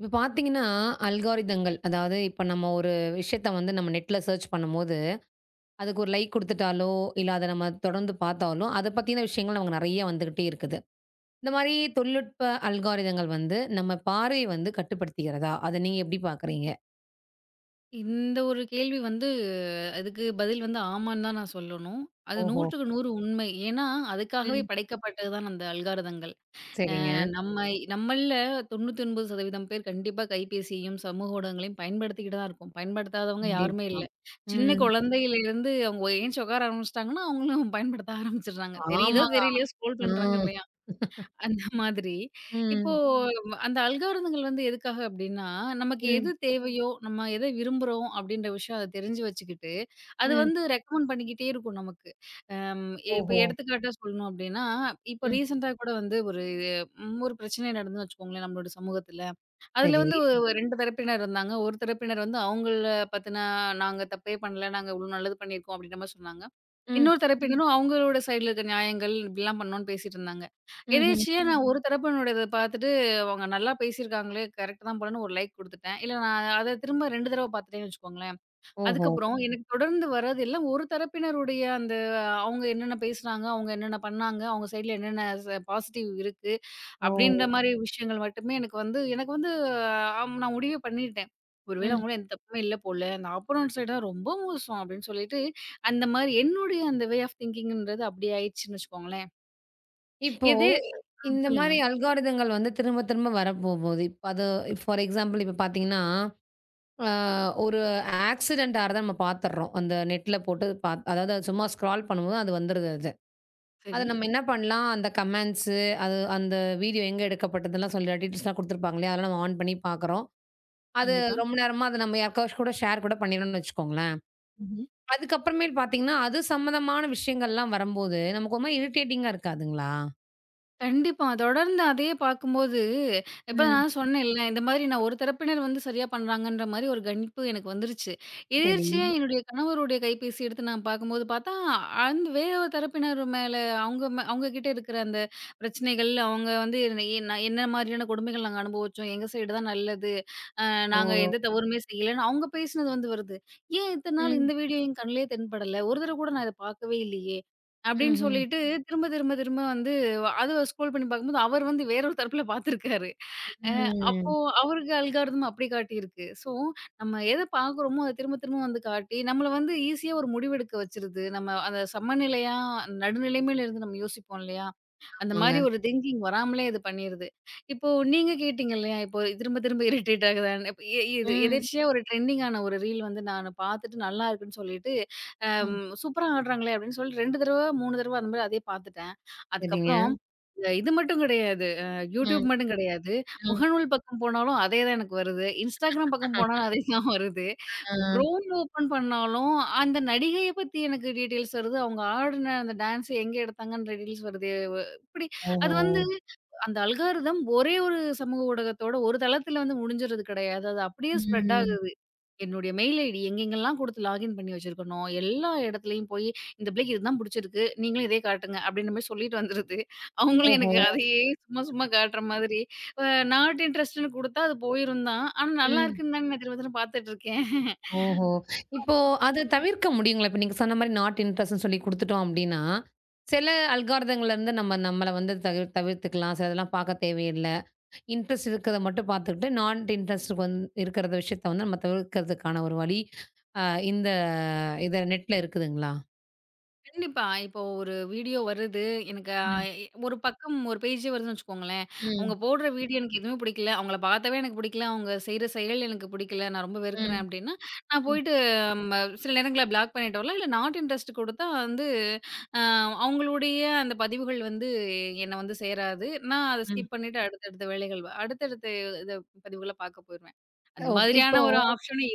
இப்ப பார்த்தீங்கன்னா, அல்காரிதங்கள். அதாவது இப்ப நம்ம ஒரு விஷயத்த வந்து நம்ம நெட்ல சர்ச் பண்ணும்போது, அதுக்கு ஒரு லைக் குடுத்துட்டாலோ, இல்ல அத நம்ம தொடர்ந்து பார்த்தாலோ, அத பத்தின விஷயங்கள் நமக்கு நெறைய வந்துகிட்டே இருக்குது. இந்த மாரி தொழில்நுட்ப அல்காரிதங்கள் வந்து நம்ம பார்வைய வந்து கட்டுப்படுத்துகிறதா? அத நீங்க எப்படி பார்க்குறீங்க? இந்த ஒரு கேள்வி வந்து அதுக்கு பதில் வந்து ஆமான்னு தான் நான் சொல்லணும். அது ஓஹோ! 100க்கு 100 உண்மை. ஏன்னா, அதுக்காகவே ம். படைக்கப்பட்டது தான் அந்த அல்காரிதங்கள். அ சரிங்க. நம்ம நம்மள்ல 99% பேர் கண்டிப்பா கைபேசியையும், சமூக ஊடகங்களையும் பயன்படுத்திக்கிட்டு தான் இருக்கோம். பயன்படுத்தாதவங்க யாருமே கண்டிப்பா. இல்ல. சின்ன ம். குழந்தையிலேருந்து அவங்க எந்திச்சு உட்கார ஆரம்பிச்சுட்டாங்கன்னா, அவங்களும் பயன்படுத்த ஆரம்பிச்சுடுறாங்க. தெரியுதோ, ஆமாங்க. தெரியலையோ ஸ்க்ரோல் ஆ. பண்றாங்க இல்லையா? அந்த மாதிரி. இப்போ ம். அந்த அல்காரிதங்கள் வந்து எதுக்காக அப்டின்னா, நமக்கு எது ம். தேவையோ, நம்ம எத விரும்புறோம் அப்டின்ற விஷயம் அத தெரிஞ்சு வச்சுக்கிட்டு, அது ம். வந்து ரெக்கமெண்ட் பண்ணிக்கிட்டே இருக்கும் நமக்கு. இப்ப ஓஹோ! எடுத்துக்காட்டா சொல்லணும் அப்டின்னா, இப்ப ம். ரீசென்ட்டா கூட வந்து ஒரு பிரச்சனை நடந்ததுன்னு வச்சுக்கோங்களேன் நம்மளோட சமூகத்துல. அதுல சரி. வந்து 2 தரப்பினர் இருந்தாங்க. ஒரு தரப்பினர் வந்து அவங்கள பத்தின "நாங்க தப்பே பண்ணல. நாங்க இவ்ளோ நல்லது பண்ணியிருக்கோம்" அப்படின்ற மாரி சொன்னாங்க. ம். இன்னொரு தரப்பினரும் அவங்களோட சைடுல இருக்க நியாயங்கள் இப்படிலாம் பண்ணோம்னு பேசிட்டு இருந்தாங்க. ம்ஹ்ம். எதேர்ச்சியா நான் ஒரு தரப்பினரோடத பார்த்துட்டு அவங்க நல்லா பேசியிருக்காங்களே, கரெக்ட் தான் போலன்னு ஒரு லைக் குடுத்துட்டேன். இல்ல நான் அத திரும்ப 2 தடவ பார்த்துட்டேன்னு வச்சுக்கோங்களேன். ஓஹோ! அதுக்கப்புறம் எனக்கு தொடர்ந்து வர்றது எல்லாம் ஒரு தரப்பினருடைய அந்த அவங்க என்னென்ன பேசுனாங்க, அவங்க என்னென்ன பண்ணாங்க, அவங்க சைடுல என்னென்ன பாசிட்டிவ் இருக்கு. ஓ! அப்படின்ற மாரி விஷயங்கள் மட்டுமே எனக்கு வந்து நான் முடிவே பண்ணிட்டேன். ஒருவேள ம். அவங்களும் எந்த தப்புமே இல்ல போல. அந்த ஆப்போனன்ட் சைடு தான் ரொம்ப மோசம் அப்படின்னு சொல்லிட்டு, அந்த மாரி என்னுடைய அந்த வே ஆஃப் திங்கிங்ன்றது அப்படி ஆயிடுச்சுன்னு வச்சுக்கோங்களேன். இப்போ எது ஆ, இந்த சொல்லுங்க. மாரி அல்காரிதங்கள் வந்து திரும்ப, திரும்ப வரப்போகுது. இப்ப அது ஃபார் எக்ஸாம்பிள் இப்ப பார்த்தீங்கன்னா, அ ஒரு ஆக்சிடென்ட் ஆறத நம்ம பார்த்துடுறோம். அந்த நெட்ல போட்டு அதாவது அது சும்மா ஸ்க்ரால் பண்ணும்போது அது வந்துருது அது. அத சரி. நம்ம என்ன பண்ணலாம், அந்த கமெண்ட்ஸு, அது அந்த வீடியோ எங்க எடுக்கப்பட்டதெல்லாம் சொல்லி டீட்டெயில்ஸ்லாம் குடுத்துருப்பாங்க இல்லையா? அதெல்லாம் நம்ம ஆன் பண்ணி பார்க்குறோம். அது கண்டிப்பா. ரொம்ப நேரமா அத நம்ம யாருக்காச்சும் கூட ஷேர் கூட பண்ணிறோம்னு வச்சுக்கோங்களேன். ம்ஹ்ம். அதுக்கப்புறமேல் பார்த்தீங்கன்னா, அது சம்மந்தமான விஷயங்கள்லாம் வரும்போது, நமக்கு ஒரு மாரி இரிட்டேட்டிங்கா இருக்காதுங்களா? கண்டிப்பா. தொடர்ந்து அதையே பார்க்கும்போது, இப்ப ம். நான் சொன்னேன்ல, இந்த மாரி நான் ஒரு தரப்பினர் வந்து சரியா பண்றாங்கன்ற மாரி ஒரு கணிப்பு எனக்கு வந்துருச்சு. சரி. எதேர்ச்சியா என்னுடைய கணவருடைய கைபேசி எடுத்து நான் பார்க்கும்போது பார்த்தா, அந்த வேற ஒரு தரப்பினர் மேல அவங்க கிட்ட இருக்கிற அந்த பிரச்சனைகள், அவங்க வந்து என்ன என்ன மாதிரியான கொடுமைகள் நாங்க அனுபவிச்சோம், எங்க சைடு தான் நல்லது. அ ஓ! நாங்க எந்த தவறுமே செய்யலன்னு அவங்க பேசினது வந்து வருது. ஏன் இத்தன நாள் ம். இந்த வீடியோ என் கண்லயே தென்படல? ஒரு தடவ கூட நான் இத பார்க்கவே இல்லையே! அப்படின்னு ம்ஹ்ம். சொல்லிட்டு திரும்ப, திரும்ப, திரும்ப வந்து அது ஸ்க்ரோல் பண்ணி பார்க்கும்போது, அவர் வந்து வேற ஒரு தரப்புல பார்த்துருக்காரு. அ அப்போ ம். அவருக்கு அல்காரிதம் அப்படி காட்டியிருக்கு. ஸோ நம்ம எத பார்க்குறோமோ, அத திரும்ப, திரும்ப வந்து காட்டி, நம்மள வந்து ஈஸியா ஒரு முடிவெடுக்க வச்சுருது. நம்ம அந்த சமநிலையா நடுநிலைமையில இருந்து நம்ம யோசிப்போம் இல்லையா? அந்த மாரி ஆமாங்க. ஒரு திங்கிங் வராமலே இது பண்ணிருது. இப்போ நீங்க கேட்டீங்க இல்லையா? இப்போ திரும்ப திரும்ப இரிட்டேட் ஆகுதான்னு. இப்ப இது ம். எதேர்ச்சியா ஒரு ட்ரெண்டிங் ஆன ஒரு ரீல் வந்து நானு பார்த்துட்டு நல்லா இருக்குன்னு சொல்லிட்டு, அம் ம். சூப்பரா ஆடுறாங்களே! அப்டின்னு சொல்லிட்டு 2 தடவ, 3 தடவ அந்த மாரி அதே பார்த்துட்டேன். சரிங்க. அதுக்கப்புறம் இது மட்டும் கிடையாது. YouTube ம். மட்டும் கிடையாது. ம். முகநூல் பக்கம் போனாலும் அதே தான் எனக்கு வருது. Instagram பக்கம் போனாலும் அதே தான் வருது. ஆ. Chrome ஓப்பன் பண்ணாலும் அந்த நடிகைய பத்தி எனக்கு டீட்டெயில்ஸ் வருது. அவங்க ஆடுன அந்த டான்ஸ் எங்க எடுத்தாங்கன்ற டீட்டெயில்ஸ் வருது. இப்டி அது ஓஹோ! வந்து அந்த அல்காரிதம் ஒரே ஒரு சமூக ஊடகத்தோட ஒரு தளத்துல வந்து முடிஞ்சுறது கிடையாது. அது அப்படியே ஸ்ப்ரெட் ம். ஆகுது. என்னுடைய மெயில் ஐடி எங்கெங்கெல்லாம் குடுத்து லாகின் பண்ணி வச்சிருக்கனோ, எல்லா இடத்துலயும் போயி, "இந்த பிள்ளைக்கு இதுதான் புடிச்சிருக்கு. நீங்களும் இதே காட்டுங்க." அப்படின்ற மாரி சொல்லிட்டு வந்துருது. அவங்களும் ஓஹோ! எனக்கு அதையே சும்மா சும்மா காட்டுற மாதிரி. அ நாட் இன்ட்ரஸ்ட்ன்னு குடுத்தா அது போயிரும் தான். ஆனா நல்லா ம். இருக்குன்னு தானே நான் திரும்ப திரும்ப பார்த்துட்டு இருக்கேன். ஓஹோ! இப்போ அத தவிர்க்க முடியுங்களா? இப்ப நீங்க சொன்ன மாரி நாட் இன்ட்ரெஸ்ட்ன்னு சொல்லி குடுத்துட்டோம் அப்டின்னா, சில அல்காரிதங்கள்லருந்து நம்மள வந்து தவிர்த்துக்கலாம். சிலதெல்லாம் பாக்க தேவையில்ல. இன்ட்ரெஸ்ட் இருக்கிறத மட்டும் பாத்துக்கிட்டு, நாட் இன்ட்ரெஸ்ட் இருக்கிற விஷயத்த வந்து நம்ம தவிர்க்கிறதுக்கான ஒரு வழி, அ இந்த இத நெட்ல இருக்குதுங்களா? கண்டிப்பா. இப்போ ஒரு வீடியோ வருது. எனக்கு ம். ஒரு பக்கம் ஒரு பேஜே வருதுன்னு வச்சுக்கோங்களேன். அவங்க ம். போடுற வீடியோ எனக்கு எதுவுமே பிடிக்கல. அவங்கள பார்த்தாவே எனக்கு பிடிக்கல. அவங்க செய்ற செயல் எனக்கு பிடிக்கல. நான் ரொம்ப வெறுக்கிறேன் ம். அப்படின்னா, நான் ம். போயிட்டு சில நேரங்கள்ல பிளாக் பண்ணிட்டு வரலாம். இல்ல நாட் இன்ட்ரெஸ்ட் குடுத்தா வந்து அ அவங்களுடைய அந்த பதிவுகள் வந்து என்ன வந்து சேராது. நான் அத ம். ஸ்கிப் பண்ணிட்டு அடுத்தடுத்த இது பதிவுகள பார்க்க போயிருவேன். அந்த ஓகே. இப்ப மாதிரியான ஒரு ஆப்ஷனும்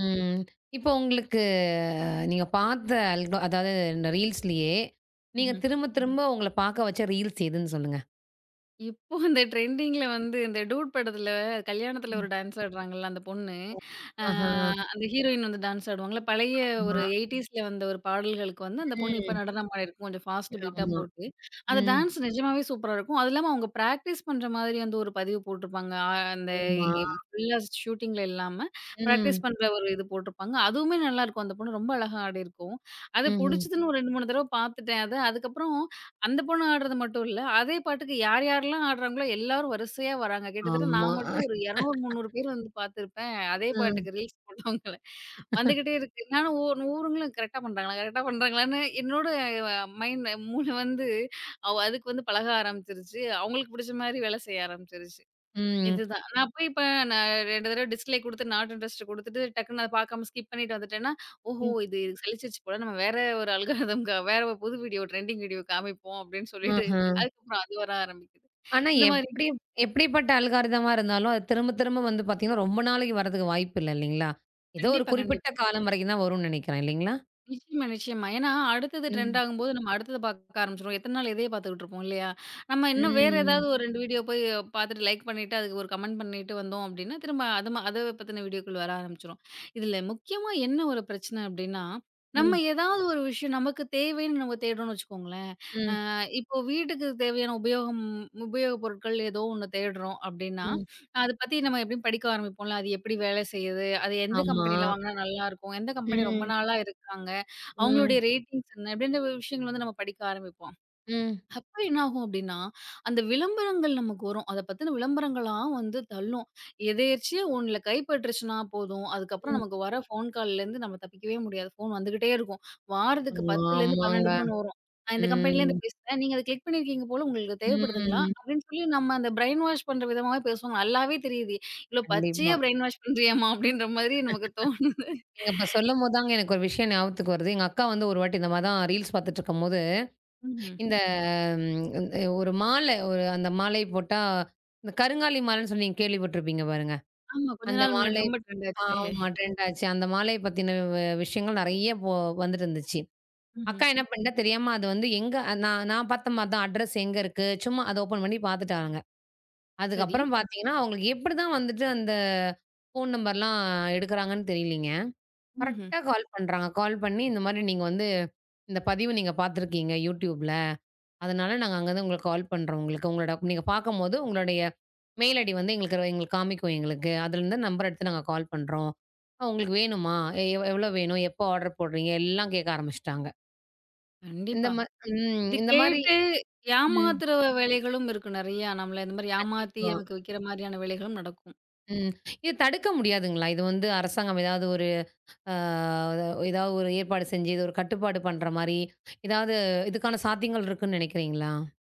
ம். இப்போ உங்களுக்கு நீங்க பார்த்த அதாவது இந்த ரீல்ஸ்லயே, நீங்க இருக்கு. திரும்ப திரும்ப உங்கள பார்க்க வச்ச ரீல்ஸ் எதுன்னு சொல்லுங்க? இப்போ இந்த ட்ரெண்டிங்ல வந்து இந்த டூட் படத்துல கல்யாணத்துல ம். ஒரு டான்ஸ் ஆடுறாங்கல்ல அந்த பொண்ணு. ஓ. அ ஆஹா, அந்த ஹீரோயின் வந்து டான்ஸ் ஆடுவாங்கல்ல. பழைய ஆமா. ஒரு 80ஸ்ல வந்த ஒரு பாடல்களுக்கு வந்து அந்த பொண்ணு இப்ப ம். நடனம் ஆடியிருக்கும். கொஞ்சம் ஃபாஸ்ட் பீட்டா ஆமா. போட்டு. அந்த ம். டான்ஸ் நிஜமாவே சூப்பரா இருக்கும். அது இல்லாம அவங்க பிராக்டிஸ் பண்ற மாதிரி வந்து ஒரு பதிவு போட்டிருப்பாங்க. அந்த ஆமா. ஃபுல்லா ஷூட்டிங்ல இல்லாம பிராக்டிஸ் ம். பண்ற ஒரு இது போட்டிருப்பாங்க. அதுவுமே நல்லாருக்கும். அந்த பொண்ணு ரொம்ப அழகா ஆடியிருக்கும். அது ம்ஹ்ம். புடிச்சதுன்னு ஒரு 2, 3 தடவ பார்த்துட்டேன் அத. அதுக்கப்புறம் அந்த பொண்ணு ஆடுறது மட்டும் இல்ல. அதே பாட்டுக்கு யார் யாரெல்லாம் ஆடுறாங்களோ எல்லாரும் வரிசையா வராங்க. கிட்டத்தட்ட ஆமா. நான் மட்டும் ஒரு 200, 300 பேர் வந்து பார்த்துருப்பேன். அதே ம். பாட்டுக்கு ரீல்ஸ் போட்டவங்கள. வந்துகிட்டே இருக்கு. நானும் ஒவ்வொருவங்களும் கரெக்ட்டா பண்றாங்களா? கரெக்ட்டா பண்றாங்களான்னு என்னோட மைண்ட் மூளை வந்து அதுக்கு வந்து பழக ஆரம்பிச்சுருச்சு. அவங்களுக்கு பிடிச்ச மாரி வேலை செய்ய ஆரம்பிச்சுருச்சு. ம். இதுதான். நான் போய் இப்ப நான் 2 தடவ டிஸ்ப்ளே குடுத்து நாட் இன்ட்ரஸ்ட் குடுத்துட்டு டக்குன்னு அத பார்க்காம ஸ்கிப் பண்ணிட்டு வந்துட்டேன்னா, ஓஹோ! இது இதுக்கு சலிச்சிருச்சு போல. நம்ம வேற ஒரு அல்காரிதம் வேற ஒரு புது வீடியோ ட்ரெண்டிங் வீடியோ காமிப்போம் அப்படின்னு சொல்லிட்டு, ஆஹா. அதுக்கப்புறம் அது வர ஆரம்பிக்குது. ஆனா இந்த மாதிரி எப்படிப்பட்ட அல்காரிதமா இருந்தாலும், அது திரும்ப திரும்ப வந்து பார்த்தீங்கன்னா, ரொம்ப நாளைக்கு வரதுக்கு வாய்ப்பு இல்ல இல்லைங்களா? ஏதோ ஒரு கண்டிப்பா, குறிப்பிட்ட கண்டிப்பா. காலம் வரைக்கும் தான் வரும்னு நினைக்கிறேன் இல்லைங்களா? நிச்சயமா, நிச்சயமா. ஏன்னா அடுத்தது ட்ரெண்ட் ம். ஆகும்போது நம்ம அடுத்தத பார்க்க ஆரம்பிச்சுருவோம். எத்தன நாள் இதையே பார்த்துக்கிட்டு இருப்போம் இல்லையா? நம்ம இன்னும் வேற ம். ஏதாவது ஒரு 2 வீடியோ போய் பார்த்துட்டு லைக் பண்ணிட்டு, அதுக்கு ஒரு கமெண்ட் பண்ணிட்டு வந்தோம் அப்டின்னா, திரும்ப அது அத பத்தின வீடியோக்கள் வர ஆரம்பிச்சுரும். இதுல முக்கியமா என்ன ஒரு பிரச்சனை அப்டின்னா, நம்ம ம். ஏதாவது ஒரு விஷயம் நமக்கு தேவைன்னு நம்ம தேடுறோம்னு வச்சுக்கோங்களேன். ம். இப்போ வீட்டுக்கு தேவையான உபயோகப் பொருட்கள் ஏதோ ஒண்ணு தேடுறோம் அப்டின்னா, ம். அத பத்தி நம்ம எப்படியும் படிக்க ஆரம்பிப்போம்ல. அது எப்படி வேலை செய்யுது? அது எந்த ஆமா. கம்பெனில வாங்குனா நல்லாருக்கும்? எந்த கம்பெனி ரொம்ப ம், நாளா இருக்காங்க? அவங்களுடைய ம், ரேட்டிங்ஸ் என்ன? இப்படின்ற விஷயங்கள் வந்து நம்ம படிக்க ஆரம்பிப்போம். ம். அப்ப என்னாகும் அப்டின்னா, அந்த விளம்பரங்கள் நமக்கு வரும். அத பத்தின விளம்பரங்களா வந்து தள்ளும். எதேர்ச்சியா 1ல கைப்பட்டுருச்சுனா போதும். அதுக்கப்புறம் ம். நமக்கு வர ஃபோன் கால்லேருந்து நம்ம தப்பிக்கவே முடியாது. ஃபோன் வந்துகிட்டே இருக்கும். வாரத்துக்கு 10லேருந்து ஆமாங்க. 12 ஃபோன் வரும். "நான் இந்த ம், கம்பெனிலேருந்து பேசுறேன். நீங்க அத கிளிக் பண்ணியிருக்கீங்க போல. உங்களுக்கு தேவைப்படுதுங்களா?" ம். அப்படின்னு சொல்லி நம்ம அந்த பிரெயின் வாஷ் பண்ற விதமாவே பேசுவாங்க. நல்லாவே தெரியுது. "இவ்ளோ கண்டிப்பா. பச்சையா பிரெயின் வாஷ் பண்றியேம்மா" அப்படின்ற மாதிரி நமக்கு தோணும். நீங்க இப்ப சொல்லும்போது தாங்க எனக்கு ஒரு விஷயம் ஞாபகத்துக்கு வருது. எங்க அக்கா வந்து ஒரு வாட்டி இந்த மாரி தான் ரீல்ஸ் பார்த்துட்டுருக்கும்போது, ம்ஹ்ம். இந்த ம் ஒரு அந்த மாலை போட்டா, இந்த கருங்காலி மாலைன்னு சொல்லி நீங்க கேள்விப்பட்டுருப்பீங்க பாருங்க. ஆமா. கொஞ்ச அந்த நாள் முன்னாடி மாலை. ரொம்ப ட்ரெண்ட் ஆச்சே. ஆமா, ட்ரெண்ட் ஆச்சு. அந்த மாலைய பத்தின விஷயங்கள் நெறைய வந்துட்டு இருந்துச்சு. ம்ஹ்ம். அக்கா என்ன பண்ணிட்டா தெரியாம அது வந்து எங்க நான் நான் பார்த்த மாரி தான் அட்ரஸ் எங்க இருக்கு, சும்மா அத ஓப்பன் பண்ணி பார்த்துட்டாங்க. சரி. அதுக்கப்புறம் பார்த்தீங்கன்னா, அவங்களுக்கு எப்படிதான் வந்துட்டு அந்த ஃபோன் நம்பர்லாம் எடுக்குறாங்கன்னு தெரியலீங்க. ம்ஹ்ம். கரெக்ட்டா கால் பண்றாங்க. கால் பண்ணி, "இந்த மாரி நீங்க வந்து இந்த பதிவு நீங்க பார்த்துருக்கீங்க YouTubeல. அதனால நாங்க அங்கருந்து உங்களுக்கு கால் பண்றோம் உங்களுக்கு. உங்களோட நீங்க பார்க்கும்போது உங்களுடைய மெயில் ஐடி வந்து எங்களுக்கு எங்களுக்கு காமிக்கும் எங்களுக்கு. அதுலருந்து நம்பர் எடுத்து நாங்க கால் பண்றோம். உங்களுக்கு வேணுமா? எ எவ் எவ்வளோ வேணும்? எப்போ ஆர்டர் போடுறீங்க?" எல்லாம் கேட்க ஆரம்பிச்சுட்டாங்க. இந்த கண்டிப்பா. மா ம். இது இந்த மாரி. கேட்டு ம். ஏமாத்துற வேலைகளும் இருக்கு நெறையா. நம்மள இந்த மாரி ஏமாத்தி கண்டிப்பா. நமக்கு விக்கிற மாரியான வேலைகளும் நடக்கும். ம். இது தடுக்க முடியாதுங்களா? இது வந்து அரசாங்கம் ஆ ஏதாவது ஒரு ஏற்பாடு செஞ்சு, இது ஒரு கட்டுப்பாடு பண்ற மாரி, ஏதாவது இதுக்கான சாத்தியங்கள் இருக்குன்னு நினைக்கிறீங்களா?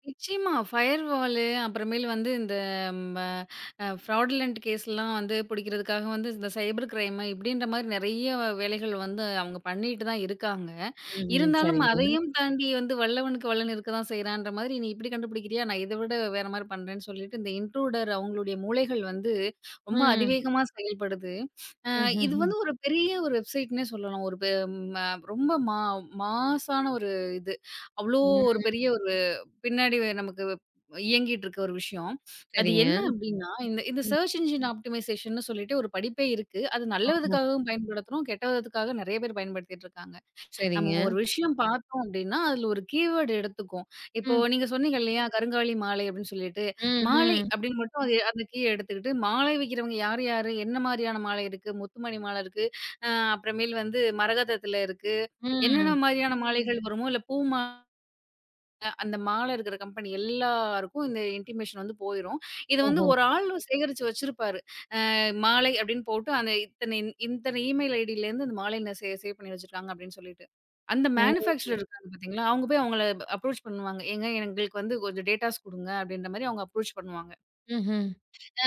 நிச்சயமா. ஃபயர் வாலு அப்புறமேல் வந்து இந்த ம அ ஃப்ராடுலன்ட் கேஸ்லாம் வந்து புடிக்கிறதுக்காக வந்து இந்த சைபர் கிரைமு இப்படின்ற மாரி நெறைய வேலைகள் வந்து அவங்க பண்ணிட்டு தான் இருக்காங்க. ம்ஹ்ம். இருந்தாலும் சரிங்க. அதையும் தாண்டி வந்து வல்லவனுக்கு வல்லன் இருக்க தான் செய்றான்ற மாதிரி, "நீ இப்படி கண்டுபிடிக்கிறியா? நான் இத விட வேற மாரி பண்றேன்னு" சொல்லிட்டு இந்த இன்ட்ரூடர் அவங்களுடைய மூளைகள் வந்து ரொம்ப ம். அதிவேகமா செயல்படுது. அ இது ம்ஹ்ஹ்ம். வந்து ஒரு பெரிய ஒரு வெப்சைட்ன்னே சொல்லலாம். ஒரு பெ ம ரொம்ப மாஸான ஒரு இது. அவ்ளோ ஒரு ம். பெரிய ஒரு பின்னாடி நமக்கு இயங்கிட்டு இருக்க ஒரு விஷயம். அது சரிங்க. என்ன அப்படின்னா, இந்த இந்த ம். சர்ச் என்ஜின் ஆப்டிமைசேஷன்னு சொல்லிட்டு ஒரு படிப்பே இருக்கு. அது நல்ல ஓஹோ! விதக்காகவும் பயன்படுத்துறோம், கெட்ட விதத்துக்காக நெறைய பேர் பயன்படுத்திட்டு இருக்காங்க. நம்ம சரிங்க. ஒரு விஷயம் பார்த்தோம் அப்டின்னா, அதுல ஒரு கீவேர்ட் எடுத்துக்கும். இப்போ ம். நீங்க சொன்னீங்க இல்லையா? கருங்காலி மாலை அப்டின்னு சொல்லிட்டு, ம். மாலை ம். அப்டின்னு மட்டும் அது அந்த கீ எடுத்துக்கிட்டு, மாலை விக்கிறவங்க யார், யாரு? என்ன மாரியான மாலை இருக்கு? முத்துமணி மாலை இருக்கு. அ அப்புறமேல் வந்து மரகதத்துல இருக்கு. என்னென்ன ம். மாரியான மாலைகள் வருமோ, இல்ல பூ மாலை அந்த மாலை இருக்கிற கம்பெனி எல்லாருக்கும் இந்த இன்டிமேஷன் வந்து போயிரும். இது வந்து ஓஹோ! ஒரு ஆள் சேகரிச்சு வச்சிருப்பாரு. மாலை அப்படின்னு போட்டு அந்த இத்தனை இத்தனை இமெயில் ஐடியிலேருந்து அந்த மாலை நான் சேவ் பண்ணி வச்சிருக்காங்க அப்படின்னு சொல்லிட்டு. அந்த ஓ! மேனுஃபேக்சரர் இருக்காங்க பார்த்தீங்களா, அவங்க போய் அவங்கள அப்ரோச் பண்ணுவாங்க. "ஏங்க எங்களுக்கு வந்து கொஞ்சம் டேட்டாஸ் குடுங்க" அப்படின்ற மாரி அவங்க அப்ரோச் பண்ணுவாங்க. ம்ஹ்ம். ஆ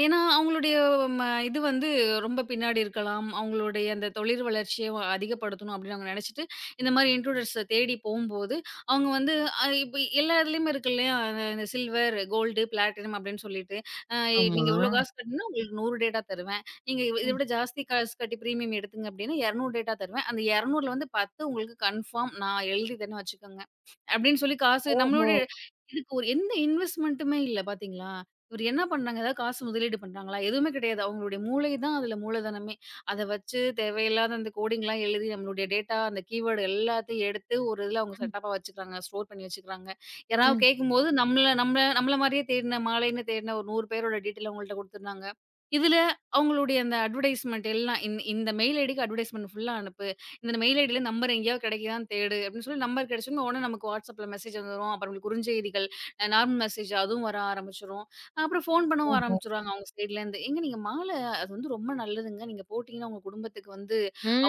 ஏன்னா, அவங்களுடைய ம இது வந்து ரொம்ப பின்னாடி இருக்கலாம். அவங்களுடைய அந்த தொழில் வளர்ச்சிய அதிகப்படுத்தணும் அப்படின்னு அவங்க நெனச்சுட்டு, இந்த மாரி இன்ட்ரூடர்ஸ தேடி போம்போது, அவங்க வந்து இப்ப எல்லா இதுலயுமே இருக்கு இல்லையா? இந்த சில்வர், கோல்டு, பிளாட்டினம் அப்படின்னு சொல்லிட்டு, அ ஆமா. நீங்க இவ்ளோ காசு கட்டினா உங்களுக்கு 100 டேட்டா தருவேன். நீங்க இத ம். விட ஜாஸ்தி காசு கட்டி பிரீமியம் எடுத்தீங்க அப்படின்னா, 200 டேட்டா தருவேன். அந்த 200ல வந்து 10 உங்களுக்கு கன்ஃபார்ம் நான் எழுதி தரேன்னு வச்சுக்கோங்க. அப்படின்னு சொல்லி காசு ஓஹோ! நம்மளுடைய இதுக்கு ஒரு எந்த இன்வெஸ்ட்மென்ட்டுமே இல்ல பாத்தீங்களா? இவரு என்ன பண்றாங்க? ஏதாவது காசு முதலீடு பண்றாங்களா? எதுவுமே கிடையாது. அவங்களுடைய மூளை தான் அதுல மூலதனமே. அத வச்சு தேவையில்லாத அந்த கோடிங்லாம் எழுதி நம்மளுடைய டேட்டா, அந்த கீவேர்டு எல்லாத்தையும் எடுத்து ஒரு இதுல அவங்க ம். செட்டப்பா வச்சுக்கிறாங்க. ஸ்டோர் பண்ணி வச்சுக்கிறாங்க. யாராவது ம். கேட்கும்போது நம்மள நம்மள நம்மள மாரியே தேடின மாலைன்னு தேடின ஒரு 100 பேரோட டீட்டெயில் அவங்கள்ட்ட குடுத்துடுறாங்க. இதுல அவங்களுடைய அந்த அட்வர்டைஸ்மென்ட் எல்லாம் இந்த இந்த மெயில் ஐடிக்கு அட்வர்டைஸ்மென்ட் ஃபுல்லா அனுப்பு. இந்த மெயில் ஐடில நம்பர் எங்கேயாவது கிடைக்குதான்னு தேடு அப்படின்னு சொல்லி நம்பர் கிடைச்சோனே உடனே நமக்கு WhatsAppல மெசேஜ் வந்துரும். அப்புறம் உங்களுக்கு குறுஞ்செய்திகள், நார்மல் மெசேஜ் அதுவும் வர ஆரம்பிச்சுரும். அப்புறம் ஃபோன் பண்ணவும் ஓஹோ! ஆரம்பிச்சுருவாங்க அவங்க சைட்லேருந்து. "ஏங்க நீங்க மாலை அது வந்து ரொம்ப நல்லதுங்க. நீங்க போட்டீங்கன்னா உங்க குடும்பத்துக்கு வந்து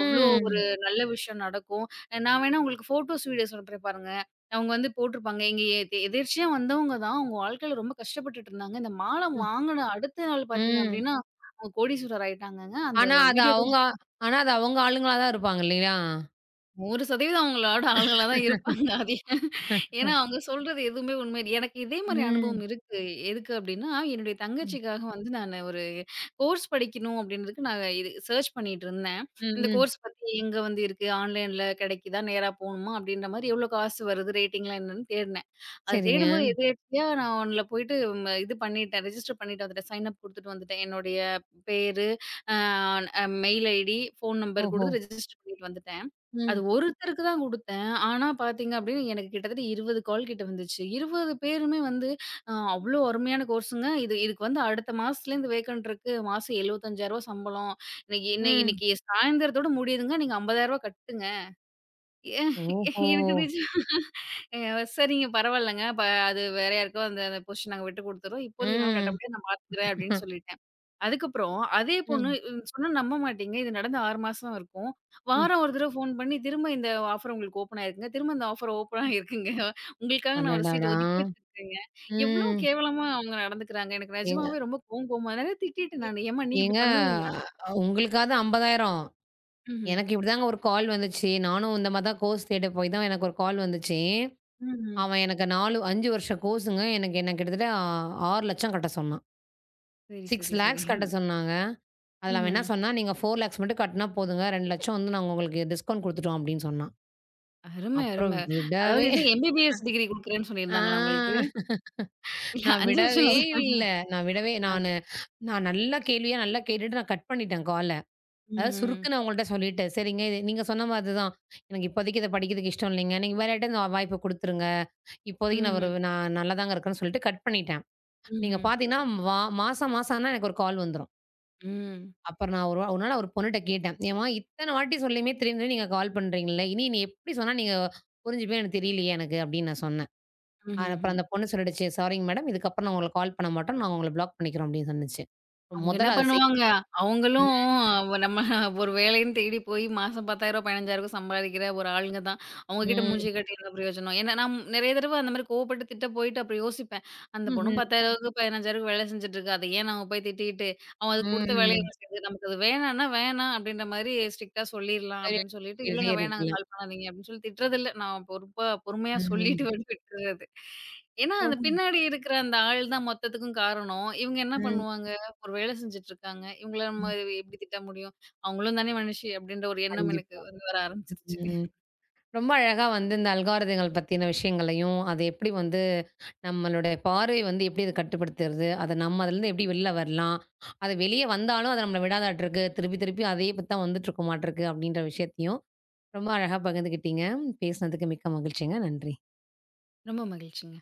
அவ்ளோ ஒரு நல்ல விஷயம் நடக்கும். நான் வேணா உங்களுக்கு ஃபோட்டோஸ், வீடியோஸ் அனுப்புறேன் பாருங்க." அவங்க வந்து போட்டிருப்பாங்க. "எங்க எ எதேர்ச்சியா வந்தவங்க தான். அவங்க வாழ்க்கையில ரொம்ப கஷ்டப்பட்டுட்டு இருந்தாங்க. இந்த மாலை ம். வாங்குன அடுத்த நாள் பார்த்தீங்க ம். அப்படின்னா, அவங்க கோடீஸ்வரர் ஆயிட்டாங்கங்க." அந்த ஆனா அது வீடியோ அவங்க ஆனா அது அவங்க ஆளுங்களா தான் இருப்பாங்க இல்லையா? 1% அவங்களோட ஆளுங்களா தான் இருப்பாங்க. அது ஏன்? ஏன்னா அவங்க சொல்றது எதுவுமே உண்மை இல்ல. எனக்கு இதே மாரி ம். அனுபவம் இருக்கு. எதுக்கு அப்டின்னா, என்னுடைய ம். தங்கச்சிக்காக வந்து நானு ஒரு கோர்ஸ் படிக்கணும் அப்டின்றதுக்கு நான் இது சர்ச் பண்ணிட்டு இருந்தேன். ம். இந்த ம். கோர்ஸ் பத்தி எங்க வந்து இருக்கு? ஆன்லைன்ல கிடைக்குதா? நேரா போணுமா? அப்டின்ற மாரி எவ்வளோ காசு வருது? ரேட்டிங்லாம் என்னன்னு தேடினேன். அது சரிங்க. தேடும்போது எதேர்ச்சியா நான் ஒண்ணுல போயிட்டு இது பண்ணிட்டேன். ரெஜிஸ்டர் பண்ணிட்டு வந்துட்டேன். சைன் அப் குடுத்துட்டு வந்துட்டேன். என்னுடைய பேரு, அ, அ மெயில் ஐடி, ஃபோன் நம்பர் ஓஹோ! குடுத்து ரெஜிஸ்டர் பண்ணிட்டு வந்துட்டேன். அது ம். ஒருத்தருக்கு தான் குடுத்தேன். ஆனா பார்த்தீங்க அப்டின்னா, எனக்கு கிட்டத்தட்ட 20 கால் கிட்ட வந்துச்சு. 20 பேருமே வந்து அவ்ளோ அருமையான கோர்ஸுங்க. இது இதுக்கு வந்து அடுத்த மாசத்துலேருந்து வேக்கன்ட் இருக்கு. மாசம் ரூ. 75,000 சம்பளம். இன்னைக்கு இன்னை ம். இன்னைக்கு சாயந்தரத்தோட முடியுதுங்க. நீங்க ரூ. 50,000 கட்டுங்க. எ ஓஹோ! எனக்கு நிஜ அ சரிங்க பரவாயில்லங்க. அது வேற யாருக்கோ அந்த அந்த பொசிஷன் நாங்க விட்டு குடுத்துறோம். இப்போதைக்கு எங்களால கட்ட ம். முடியாது. நான் பார்த்துக்கிறேன் அப்படின்னு சொல்லிட்டேன். அதுக்கப்புறம் அதே பொண்ணு ம், சொன்னா நம்ப மாட்டீங்க. இது நடந்து 6 மாசம் இருக்கும். ம். வாரம் ஒரு தடவ ஃபோன் பண்ணி திரும்ப இந்த ஆஃபர் உங்களுக்கு ஓப்பன் ஆயிருக்குங்க. திரும்ப இந்த ஆஃபர் ஓப்பன் ஆகியிருக்குங்க. உங்களுக்காக நான் ஒரு சீட் அடடடா! ஒதுக்கி வச்சிருக்கேங்க. எவ்ளோ ம். கேவலமா அவங்க நடந்துக்கிறாங்க. எனக்கு ஏங்க நிஜமாவே ரொம்ப கோவம் கோவமா நெறைய திட்டிட்டேன் எ நானு. ஏம்மா நீ இப்படி ஏங்க பண்ணுவீங்களா? உங்களுக்காவது 50,000. ம்ஹ்ம். எனக்கு இப்படிதாங்க ஒரு கால் வந்துச்சு. நானும் இந்த மாரி தான் கோர்ஸ் தேட போய் தான் எனக்கு ஒரு கால் வந்துச்சு. ம்ஹ்ம். அவன் எனக்கு 4 5 வருஷ கோர்ஸுங்க. எனக்கு என்ன கிட்டத்தட்ட 6,00,000 கட்ட சொன்னான். சரி, சரி, சரி. 6,00,000 கட்ட சொன்னாங்க. அதுல அவன் என்ன ம்ஹ்ம். சொன்னான், "நீங்க 4,00,000 மட்டும் கட்டுனா போதுங்க. 2,00,000 வந்து நாங்க உங்களுக்கு டிஸ்கவுண்ட் குடுத்துட்டோம்" அப்படின்னு சொன்னான். அருமை, அப்புறம் அருமை. அதாவது விடவே இது எம்பிபிஎஸ் டிகிரி குடுக்குறேன்னு ஆ. சொல்லியிருந்தாங்களா உங்களுக்கு? இல்ல நான் 5 வருஷம் விடவே அது. இல்ல. நான் விடவே அ. நானு நான் நல்லா கேட்டுட்டு நான் கட் பண்ணிட்டேன் கால. அதாவது ம்ஹ்ம். சுருக்குன்னு அவங்கள்ட்ட சொல்லிட்டேன். "சரிங்க, இது நீங்க சொன்ன மாதிரி தான். எனக்கு இப்போதைக்கு இத படிக்கிறதுக்கு இஷ்டம் இல்லைங்க. நீங்க வேற யார்ட்டயாவது இந்த வாய்ப்ப குடுத்துருங்க. இப்போதைக்கு ம்ஹ்ம். நான் நல்லா தாங்க இருக்கேன்னு" சொல்லிட்டு கட் பண்ணிட்டேன். நீங்க ம்ஹ்ம். பார்த்தீங்கன்னா, மாசம் மாசம் ஆனா எனக்கு ஒரு கால் வந்துரும். ம். அப்புறம் நான் ஒரு நாள் ஒரு பொண்ணுட்ட கேட்டேன். "ஏம்மா இத்தன வாட்டி சொல்லியுமே திரும்பி திரும்பி நீங்க கால் பண்றீங்கல்ல. இனி நீ எப்படி சொன்னா நீங்க புரிஞ்சுப்பீங்கன்னு எனக்கு தெரியலையே எனக்கு" அப்படின்னு நான் சொன்னேன். அப்புறம் ம்ஹ்ம். அந்த பொண்ணு சொல்லிடுச்சு, "சாரிங்க மேடம். இதுக்கப்புறம் நான் உங்களுக்கு கால் பண்ண மாட்டோம். நாங்க உங்கள பிளாக் பண்ணிக்கிறோம்" அப்படின்னு சொன்னுச்சு. அவங்க என்ன முதல்ல அத செய் பண்ணுவாங்க? அவங்களும் நம்ம ஒரு வேலைன்னு தேடி போய் மாசம் ரூ. 10,000 ரூ. 15,000 சம்பாதிக்கிற ஒரு ஆளுங்க தான். அவங்க கிட்ட ம். மூஞ்சிய காட்டி என்ன பிரயோஜனம்? ஏன்னா நான் நெறைய தடவ அந்த மாரி கோவப்பட்டு திட்ட போயிட்டு அப்புறம் யோசிப்பேன். அந்த பொண்ணும் ரூ. ம்ஹ்ம். 10,000க்கு ரூ. 15,000க்கு வேலை செஞ்சுட்டு இருக்கா. அத ஏன் நம்ம போய் திட்டிட்டு, அவன் அதுக்கு குடுத்த வேலைய ம். அவன் செஞ்சு நமக்கு அது வேணான்னா, வேணாம் அப்படின்ற மாரி ஸ்ட்ரிக்ட்டா சொல்லிரலாம் அப்படின்னு சொல்லிட்டு, போயிட்டே இல்லங்க வேணாங்க இருக்கலாம். கால் பண்ணாதீங்க அப்படின்னு சொல்லி திட்டுறதில்ல. நான் பொறுப்பா பொறுமையா சொல்லிட்டு ம். வந்து விட்டுறது. ஏன்னா, அந்த ரொம் பின்னாடி இருக்கிற அந்த ஆள் தான் மொத்தத்துக்கும் காரணம். இவங்க என்ன ம். பண்ணுவாங்க? ஒரு வேலை செஞ்சுட்டு இருக்காங்க. இவங்கள நம்ம ம். எப்படி திட்ட முடியும்? அவங்களும் தானே மனுஷி அப்படின்ற ஒரு எண்ணம் எனக்கு கண்டிப்பா. வந்து வர ஆரம்பிச்சுருச்சு. ம். ரொம்ப அழகா வந்து இந்த அல்காரிதங்கள் பத்தின விஷயங்களையும், அது எப்படி வந்து நம்மளுடைய பார்வை வந்து எப்படி அத கட்டுப்படுத்துறது? அத நம்ம அதுலருந்து எப்படி வெளில வரலாம்? அது வெளிய வந்தாலும் அது நம்மள விடாதாட்டுருக்கு. திருப்பி திருப்பி அதே பத்தி தான் வந்துட்டுருக்குமாட்டுருக்கு அப்படின்ற விஷயத்தையும் ரொம்ப அழகா பகிர்ந்துக்கிட்டீங்க. பேசினதுக்கு மிக்க மகிழ்ச்சிங்க. நன்றி. ரொம்ப மகிழ்ச்சிங்க.